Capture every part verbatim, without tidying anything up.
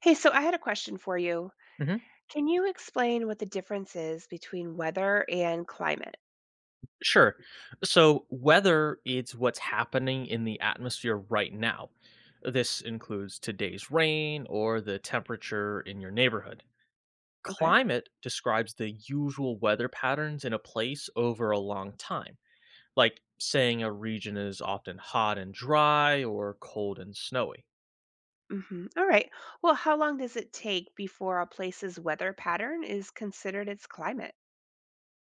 Hey, so I had a question for you. Mhm. Can you explain what the difference is between weather and climate? Sure. So, whether it's what's happening in the atmosphere right now, this includes today's rain or the temperature in your neighborhood. Okay. Climate describes the usual weather patterns in a place over a long time, like saying a region is often hot and dry or cold and snowy. Hmm. All right. Well, how long does it take before a place's weather pattern is considered its climate?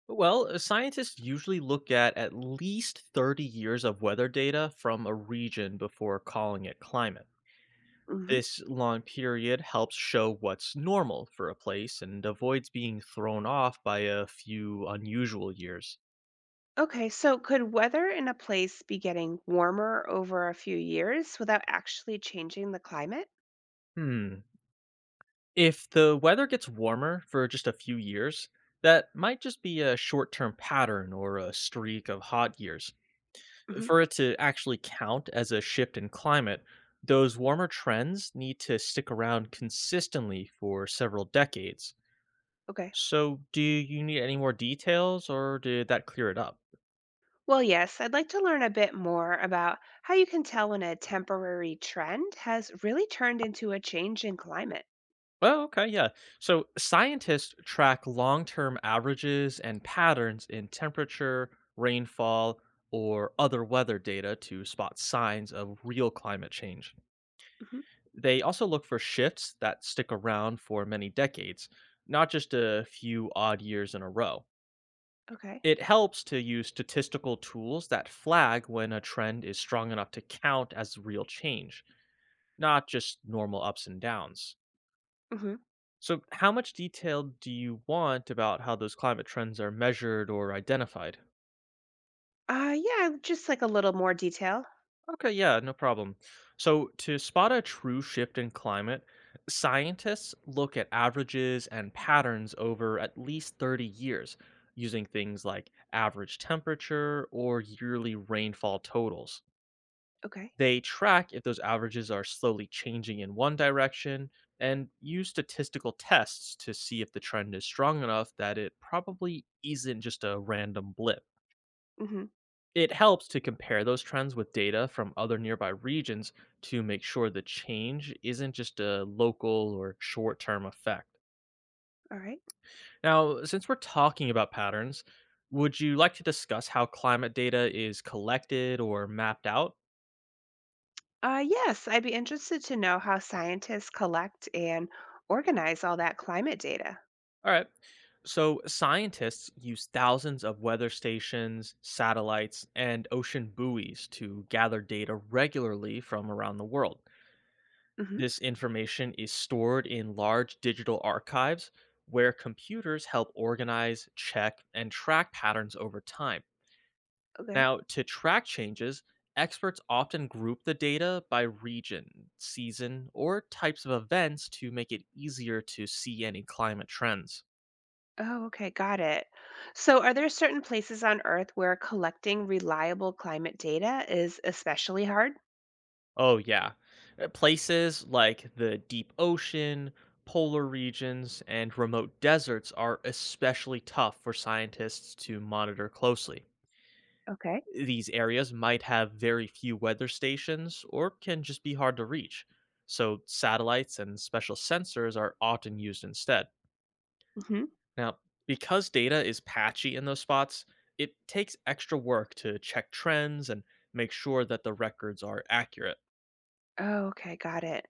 Well, uh, scientists usually look at at least thirty years of weather data from a region before calling it climate. Hmm. This long period helps show what's normal for a place and avoids being thrown off by a few unusual years. Okay, so could weather in a place be getting warmer over a few years without actually changing the climate? Hmm. If the weather gets warmer for just a few years, that might just be a short term pattern or a streak of hot years. Hmm. For it to actually count as a shift in climate, those warmer trends need to stick around consistently for several decades. Okay. So, do you need any more details or did that clear it up? Well, yes, I'd like to learn a bit more about how you can tell when a temporary trend has really turned into a change in climate. Oh, okay, yeah. So scientists track long term averages and patterns in temperature, rainfall, or other weather data to spot signs of real climate change. Hmm. They also look for shifts that stick around for many decades, not just a few odd years in a row. Okay. It helps to use statistical tools that flag when a trend is strong enough to count as real change, not just normal ups and downs. Mhm. So, how much detail do you want about how those climate trends are measured or identified? Uh, yeah, just like a little more detail. Okay, yeah, no problem. So, to spot a true shift in climate, scientists look at averages and patterns over at least thirty years using things like average temperature or yearly rainfall totals. Okay. They track if those averages are slowly changing in one direction and use statistical tests to see if the trend is strong enough that it probably isn't just a random blip. Mm-hmm. It helps to compare those trends with data from other nearby regions to make sure the change isn't just a local or short term effect. All right. Now, since we're talking about patterns, would you like to discuss how climate data is collected or mapped out? Uh, yes, I'd be interested to know how scientists collect and organize all that climate data. All right. So, scientists use thousands of weather stations, satellites, and ocean buoys to gather data regularly from around the world. Mm-hmm. This information is stored in large digital archives where computers help organize, check, and track patterns over time. Okay. Now, to track changes, experts often group the data by region, season, or types of events to make it easier to see any climate trends. Oh, okay. Got it. So, are there certain places on Earth where collecting reliable climate data is especially hard? Oh yeah. Uh, Places like the deep ocean, polar regions, and remote deserts are especially tough for scientists to monitor closely. Okay. These areas might have very few weather stations or can just be hard to reach. So satellites and special sensors are often used instead. Mm-hmm. Now, because data is patchy in those spots, it takes extra work to check trends and make sure that the records are accurate. Oh, okay. Got it.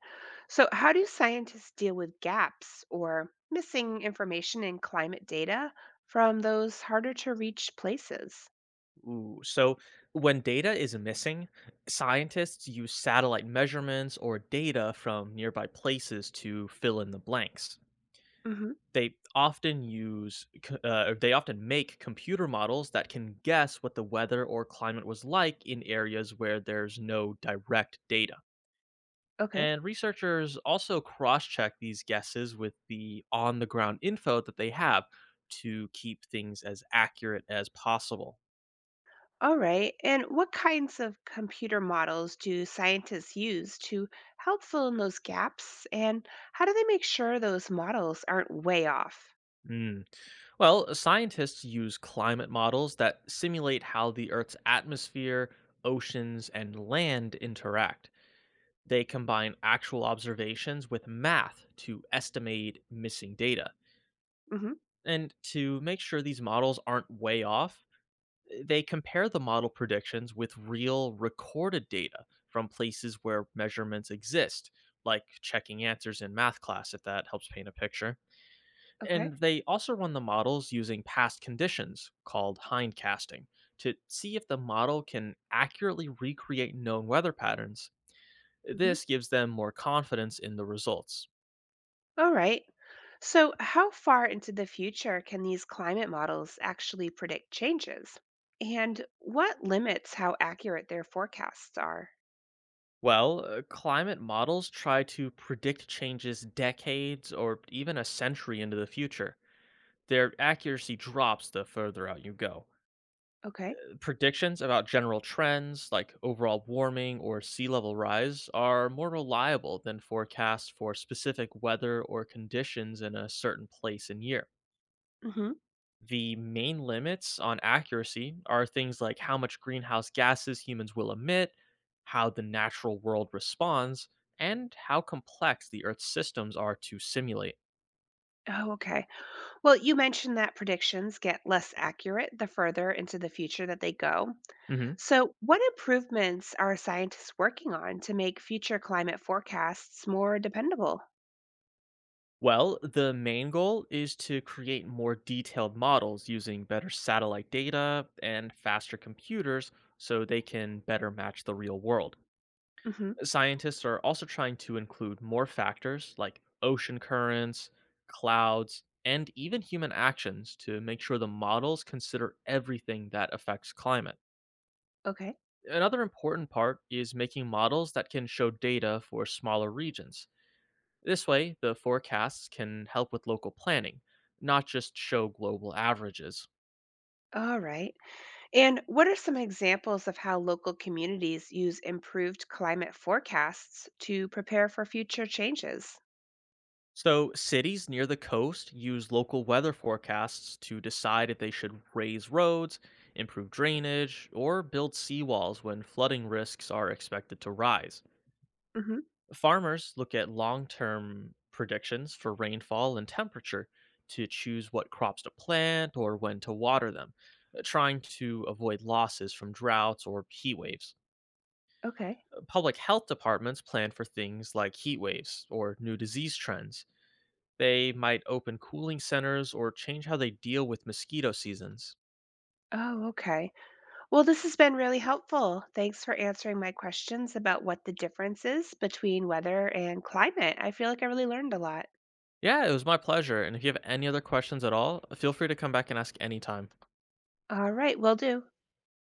So, how do scientists deal with gaps or missing information in climate data from those harder to reach places? Ooh, so when data is missing, scientists use satellite measurements or data from nearby places to fill in the blanks. Mm-hmm. They often use, c- uh, or they often make computer models that can guess what the weather or climate was like in areas where there's no direct data. Okay. And researchers also cross check these guesses with the on the ground info that they have to keep things as accurate as possible. All right. And what kinds of computer models do scientists use to help fill in those gaps? And how do they make sure those models aren't way off? Mm. Well, scientists use climate models that simulate how the Earth's atmosphere, oceans, and land interact. They combine actual observations with math to estimate missing data. Hmm. And to make sure these models aren't way off, they compare the model predictions with real recorded data from places where measurements exist, like checking answers in math class, if that helps paint a picture, Okay. and they also run the models using past conditions called hindcasting to see if the model can accurately recreate known weather patterns. Hmm. This gives them more confidence in the results. All right. So, how far into the future can these climate models actually predict changes? And what limits how accurate their forecasts are? Well, uh, climate models try to predict changes decades or even a century into the future. Their accuracy drops the further out you go. Okay. Predictions about general trends like overall warming or sea level rise are more reliable than forecasts for specific weather or conditions in a certain place and year. Hmm. The main limits on accuracy are things like how much greenhouse gases humans will emit, how the natural world responds, and how complex the Earth's systems are to simulate. Oh, okay. Well, you mentioned that predictions get less accurate the further into the future that they go. Mhm. So, what improvements are scientists working on to make future climate forecasts more dependable? Well, the main goal is to create more detailed models using better satellite data and faster computers so they can better match the real world. Hmm. Scientists are also trying to include more factors like ocean currents, clouds, and even human actions to make sure the models consider everything that affects climate. Okay. Another important part is making models that can show data for smaller regions. This way, the forecasts can help with local planning, not just show global averages. All right. And what are some examples of how local communities use improved climate forecasts to prepare for future changes? So, cities near the coast use local weather forecasts to decide if they should raise roads, improve drainage, or build seawalls when flooding risks are expected to rise. Hmm. Farmers look at long term predictions for rainfall and temperature to choose what crops to plant or when to water them, uh, trying to avoid losses from droughts or heat waves. Okay. Public health departments plan for things like heat waves or new disease trends. They might open cooling centers or change how they deal with mosquito seasons. Oh, okay. Well, this has been really helpful. Thanks for answering my questions about what the difference is between weather and climate. I feel like I really learned a lot. Yeah, it was my pleasure. And if you have any other questions at all, feel free to come back and ask anytime. All right, will do.